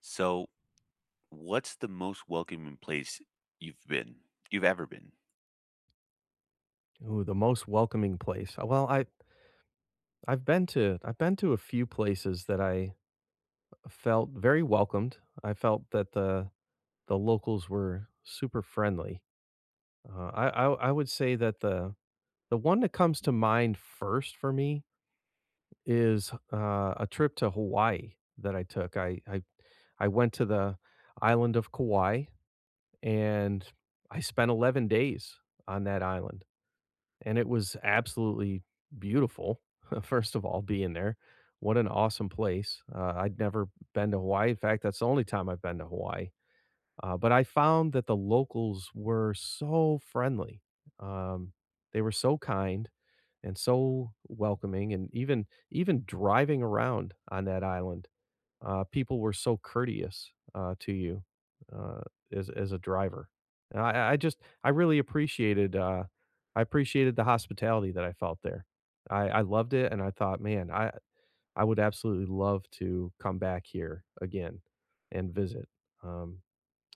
So, what's the most welcoming place you've been you've ever been? Ooh, the most welcoming place. Well, I've been to a few places that I felt very welcomed. I felt that the locals were super friendly. I would say that the one that comes to mind first for me is a trip to Hawaii that I took. I went to the island of Kauai, and I spent 11 days on that island, and it was absolutely beautiful. First of all, being there, what an awesome place. I'd never been to Hawaii. In fact, that's the only time I've been to Hawaii. But I found that the locals were so friendly. Um, they were so kind and so welcoming, and even driving around on that island, people were so courteous, to you, uh, as a driver. And I just I really appreciated, I appreciated the hospitality that I felt there. I loved it, and I thought, man, I would absolutely love to come back here again and visit. Um,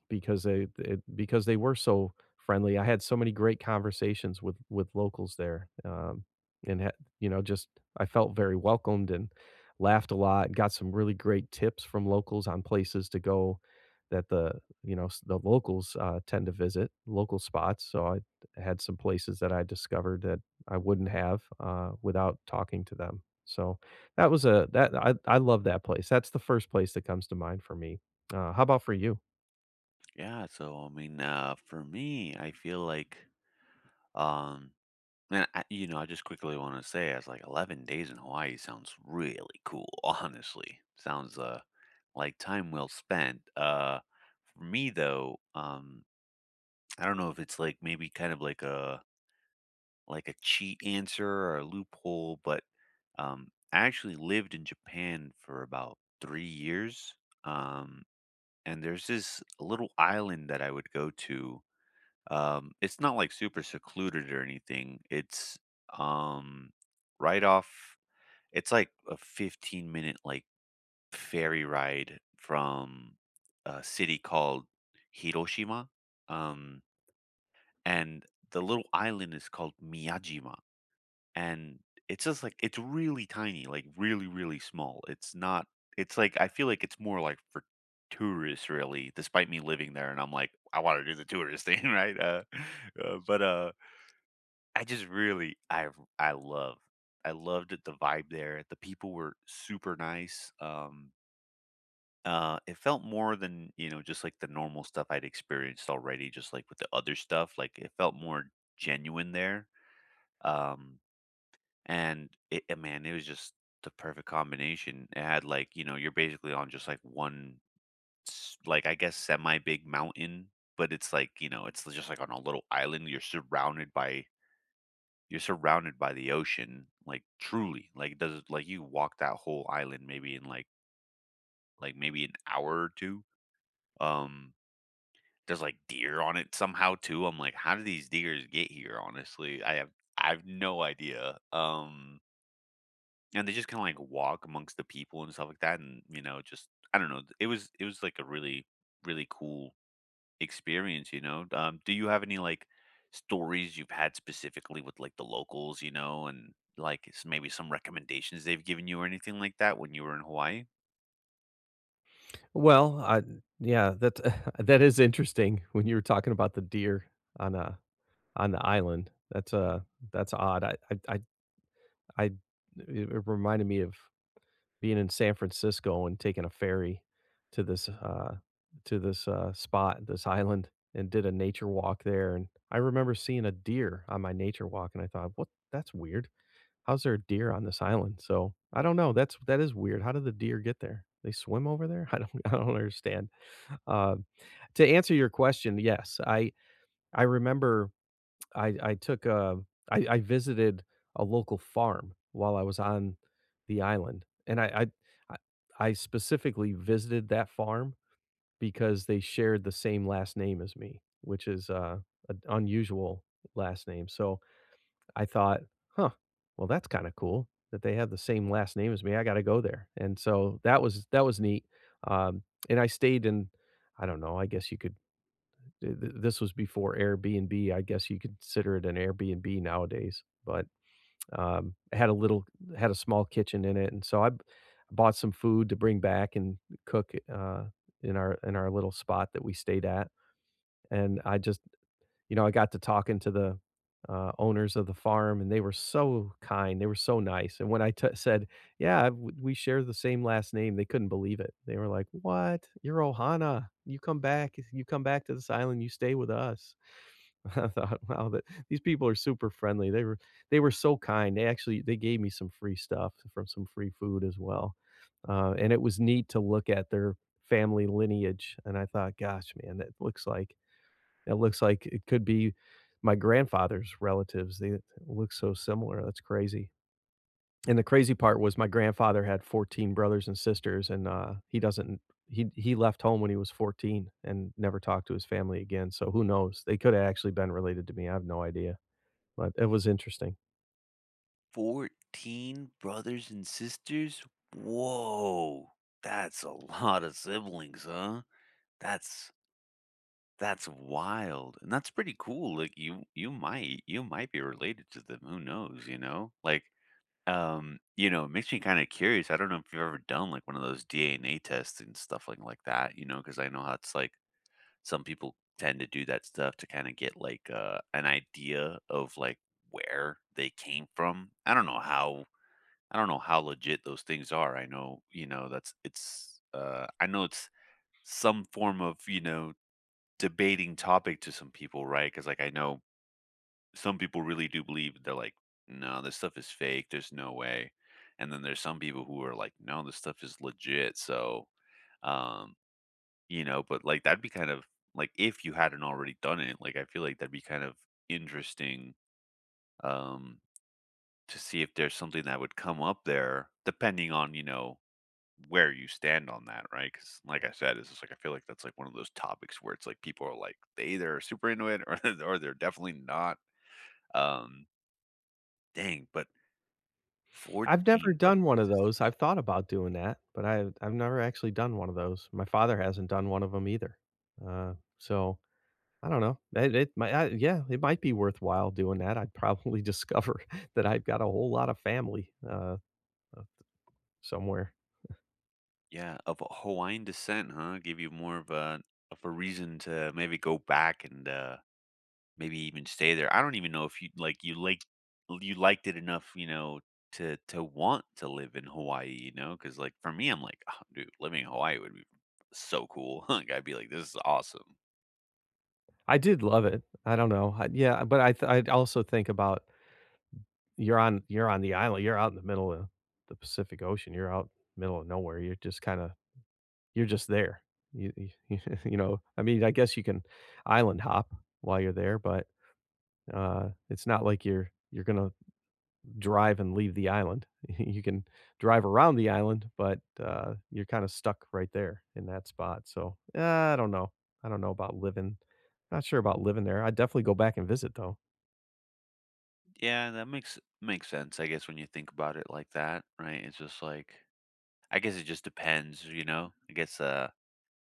because they it because they were so friendly. I had so many great conversations with locals there, and had, just I felt very welcomed and laughed a lot, and got some really great tips from locals on places to go that the you know s- the locals tend to visit local spots. So I had some places that I discovered that I wouldn't have, without talking to them. So that was a that I love that place. That's the first place that comes to mind for me. How about for you? For me, I feel like, um, and I I just quickly want to say, as like, 11 days in Hawaii sounds really cool, honestly. Sounds like time well spent. For me though, I don't know if it's like maybe kind of like a cheat answer or a loophole, but I actually lived in Japan for about 3 years. Um, and there's this little island that I would go to. It's not like super secluded or anything. It's um, right off. It's like a 15-minute like ferry ride from a city called Hiroshima. Um, and the little island is called Miyajima, and it's just like it's really tiny, like really, really small. It's not. It's like I feel like it's more like for tourists, really. Despite me living there, and I'm like, I want to do the tourist thing, right? But I just really, I love, I loved it, the vibe there. The people were super nice. It felt more than just like the normal stuff I'd experienced already. Just like with the other stuff, like it felt more genuine there. Um, and it man, it was just the perfect combination. It had like, you know, you're basically on just like one like I guess semi big mountain, but it's like, you know, it's just like on a little island. You're surrounded by the ocean, like truly. Like it does like you walk that whole island maybe in like maybe an hour or two. Um there's like deer on it somehow too. I'm like, how do these deers get here? Honestly, I have no idea. And they just kinda, like, walk amongst the people and stuff like that, and, you know, just I don't know, it was, like, a really, really cool experience, you know? Do you have any, like, stories you've had specifically with, like, the locals, you know, and, like, s maybe some recommendations they've given you or anything like that when you were in Hawaii? Well, I yeah, that that is interesting when you were talking about the deer on, uh, on the island. That's odd. I it It reminded me of being in San Francisco and taking a ferry to this, uh to this, spot, this island, and did a nature walk there, and I remember seeing a deer on my nature walk, and I thought, "What? That's weird. How's there a deer on this island?" So, I don't know. That is weird. How did the deer get there? They swim over there? I don't understand. Uh, to answer your question, yes, I remember I I took a I visited a local farm while I was on the island, and I I specifically visited that farm because they shared the same last name as me, which is, an unusual last name, so I thought, "Huh, well, that's kinda cool that they have the same last name as me, I gotta go there," and so that was neat, um, and I stayed in, I don't know, I guess you could Th th this was before Airbnb, I guess you could consider it an Airbnb nowadays, but, it had a little had a small kitchen in it, and so I b bought some food to bring back and cook, in our little spot that we stayed at, and I just, I got to talking to the, owners of the farm, and they were so kind, they were so nice, and when I t said, "Yeah, w we share the same last name," they couldn't believe it. They were like, "What? You're Ohana. You come back to this island, you stay with us." I thought, wow, that these people are super friendly. They were so kind. They gave me some free stuff, from some free food as well, and it was neat to look at their family lineage. And I thought, gosh, man, that looks like it could be my grandfather's relatives. They look so similar. That's crazy. And the crazy part was my grandfather had 14 brothers and sisters, and, he doesn't he left home when he was 14 and never talked to his family again, so who knows? They coulda actually been related to me, I have no idea, but it was interesting. 14 brothers and sisters? Whoa, that's a lot of siblings, huh? That's That's wild, and that's pretty cool, like, you might be related to them, who knows, you know? Like, you know, it makes me kinda curious, I don't know if you've ever done, like, one of those DNA tests and stuff like that, you know, because I know how it's like some people tend to do that stuff to kinda get, like, an idea of, like, where they came from. I don't know how legit those things are, I know, you know, that's it's, I know it's some form of, you know, debating topic to some people, right? Because like I know some people really do believe they're like, no, this stuff is fake. There's no way. And then there's some people who are like, no, this stuff is legit. So, um, you know, but like that'd be kind of like if you hadn't already done it, like I feel like that'd be kind of interesting um to see if there's something that would come up there depending on, you know, where you stand on that, right? Because, like I said, it's just like I feel like that's like one of those topics where it's like people are like they either are super into it or or they're definitely not. Um, Dang, but I've never 14 brothers done one and of those, sisters, I've thought about doing that, but I've never actually done one of those. My father hasn't done one of them either, so I don't know. It might I Yeah, it might be worthwhile doing that. I'd probably discover that I've got a whole lot of family, uh, somewhere. yeah, of Hawaiian descent, huh? Give you more of a reason to maybe go back and maybe even stay there. I don't even know if you like you liked it enough, you know, to want to live in Hawaii, you know? Because like for me, I'm like, oh, dude, living in Hawaii would be so cool. Like I'd be like, this is awesome. I did love it. I don't know. I, yeah, but I also think about, you're on the island. You're out in the middle of the Pacific Ocean. You're out middle of nowhere. You're just kind of you're just there. You, you you know. I mean, I guess you can island hop while you're there, but it's not like you're gonna drive and leave the island. You can drive around the island, but you're kind of stuck right there in that spot. So I don't know. I don't know about living. Not sure about living there. I'd definitely go back and visit though. Yeah, that makes sense. I guess when you think about it like that, right? It's just like I guess it just depends, you know. I guess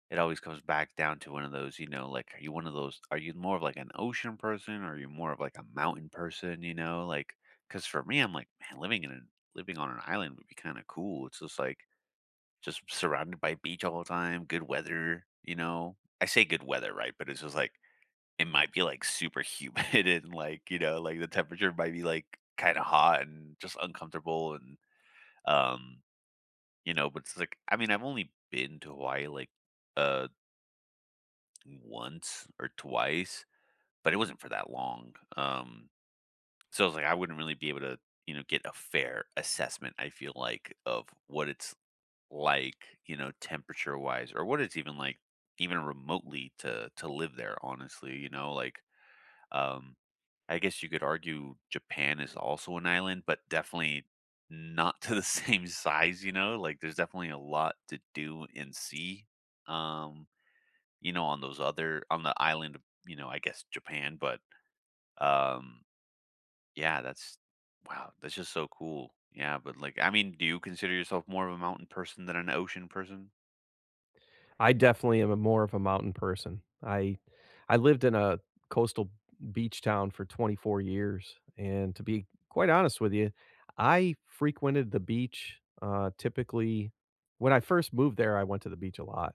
it always comes back down to one of those, you know, like, are you one of those are you more of like an ocean person or are you more of like a mountain person, you know? Like because for me, I'm like, man, living in an living on an island would be kinda cool. It's just like just surrounded by beach all the time, good weather, you know? I say good weather, right? But it's just like it might be like super humid and like, you know, like the temperature might be like kinda hot and just uncomfortable and um, you know, but it's like I mean, I've only been to Hawaii like uh once or twice, but it wasn't for that long. So I was like, I wouldn't really be able to, you know, get a fair assessment, I feel like, of what it's like, you know, temperature wise, or what it's even like, even remotely to live there, honestly, you know, like um I guess you could argue Japan is also an island, but definitely not to the same size, you know? Like there's definitely a lot to do and see. Um you know, on those other on the island of, you know, I guess Japan, but, um, yeah, that's wow, that's just so cool. Yeah, but, like, I mean, do you consider yourself more of a mountain person than an ocean person? I definitely am a more of a mountain person. I lived in a coastal beach town for 24 years, and to be quite honest with you, I frequented the beach, typically when I first moved there, I went to the beach a lot.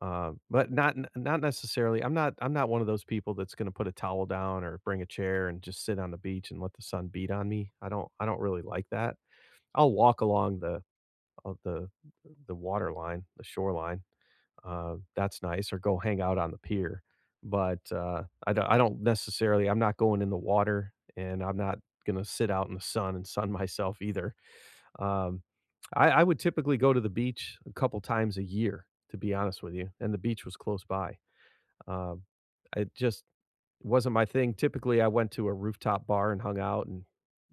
But not necessarily. I'm not one of those people that's gonna put a towel down or bring a chair and just sit on the beach and let the sun beat on me. I don't really like that. I'll walk along of the the water line, the shoreline. That's nice, or go hang out on the pier. But, I don't necessarily I'm not going in the water, and I'm not gonna sit out in the sun and sun myself either. Um, I would typically go to the beach a couple times a year, to be honest with you, and the beach was close by. Um, it just wasn't my thing. Typically, I went to a rooftop bar and hung out,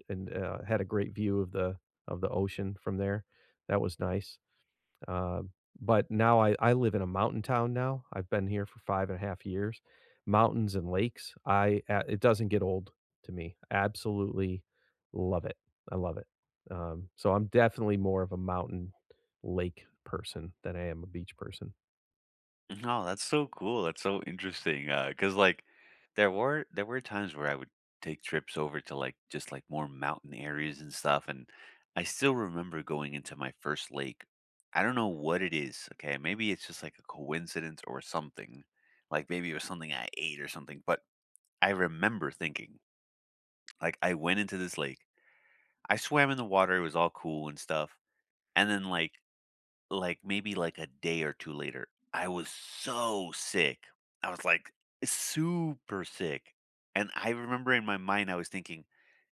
and, had a great view of the ocean from there. That was nice. Uh, but now I live in a mountain town now. I've been here for five and a half years. Mountains and lakes. It doesn't get old to me. Absolutely love it. I love it. So I'm definitely more of a mountain lake person than I am a beach person. No, that's so cool, that's so interesting, 'cause, like, there were times where I would take trips over to, like, just, like, more mountain areas and stuff, and I still remember going into my first lake. I don't know what it is, okay? Maybe it's just, like, a coincidence or something, like, maybe it was something I ate or something, but I remember thinking, like, I went into this lake, I swam in the water, it was all cool and stuff, and then, maybe, like, a day or 2 later, I was so sick. I was, like, super sick, and I remember in my mind, I was thinking,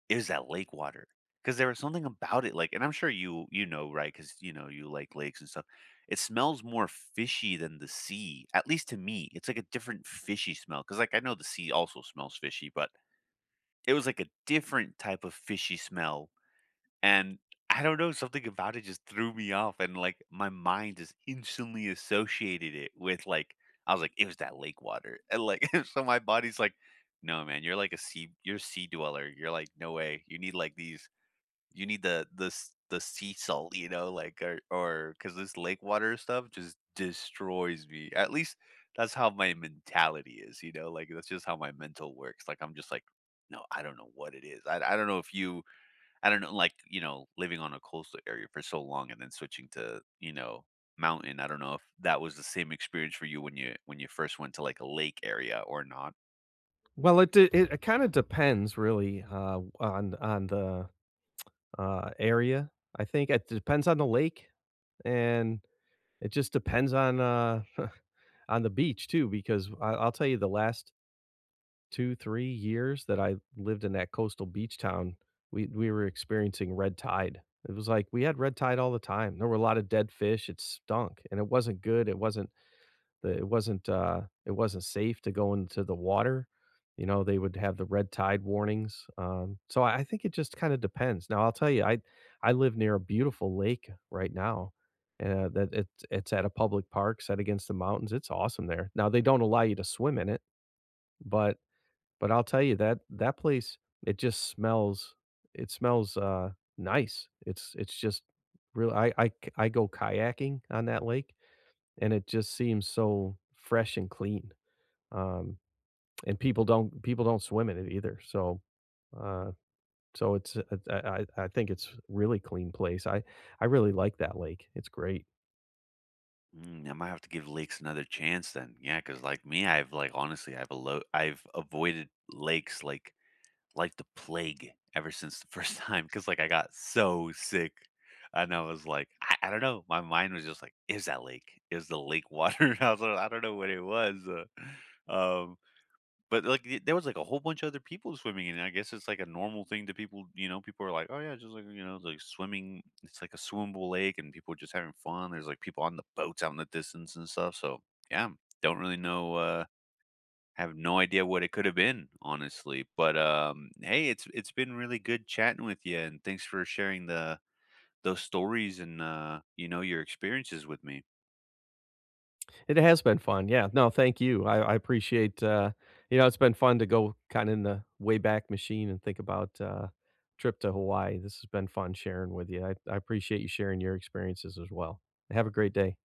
"It was that lake water because there was something about it, like and I'm sure you know, right? Because you know, you like lakes and stuff. It smells more fishy than the sea, at least to me, it's, like, a different fishy smell because, like, I know the sea also smells fishy, but it was like a different type of fishy smell, and I don't know, something about it just threw me off, and, like, my mind just instantly associated it with, like I was like, "It was that lake water," and, like, so my body's like, "No, man, you're like a sea you're a sea dweller, you're like, no way, you need, like, these you need the s the sea salt, you know, like, or because this lake water stuff just destroys me. At least that's how my mentality is, you know, like, that's just how my mental works. Like, I'm just like, "No, I don't know what it is." I don't know if you I don't know, like, you know, living on a coastal area for so long and then switching to, you know, mountain. I don't know if that was the same experience for you when you when you first went to, like, a lake area or not. Well, it kind of depends really, on the, area. I think it depends on the lake, and it just depends on, on the beach too. Because I, I'll tell you, the last 2, 3 years that I lived in that coastal beach town, we were experiencing red tide. It was like we had red tide all the time. There were a lot of dead fish, it stunk, and it wasn't good, it wasn't the it wasn't safe to go into the water, you know, they would have the red tide warnings, so I think it just kinda depends. Now, I'll tell you, I live near a beautiful lake right now, that it's at a public park set against the mountains, it's awesome there. Now, they don't allow you to swim in it, but I'll tell you that that place, it just smells it smells, nice. It's just real I k I go kayaking on that lake, and it just seems so fresh and clean. Um, and people don't swim in it either, so, uh, so it's, uh, I think it's really clean place. I really like that lake. It's great. Mm, I might have to give lakes another chance then. Yeah, because like me, I've like honestly, I've I've avoided lakes like the plague ever since the first time because like I got so sick. And I was like, I don't know. My mind was just like, is that lake? Is the lake water? I was like, I don't know what it was. Uh, um, but, like, th there was, like, a whole bunch of other people swimming, and I guess it's, like, a normal thing that people you know, people are like, "Oh, yeah, just, like, you know, like, swimming it's, like, a swimmable lake, and people are just having fun." There's, like, people on the boats out in the distance and stuff, so, yeah, don't really know, have no idea what it could have been, honestly, but, hey, it's been really good chatting with you, and thanks for sharing the those stories and, you know, your experiences with me. It has been fun. Yeah. No, thank you. I appreciate, you know, it's been fun to go kind of in the way back machine and think about, trip to Hawaii. This has been fun sharing with you. I appreciate you sharing your experiences as well. Have a great day.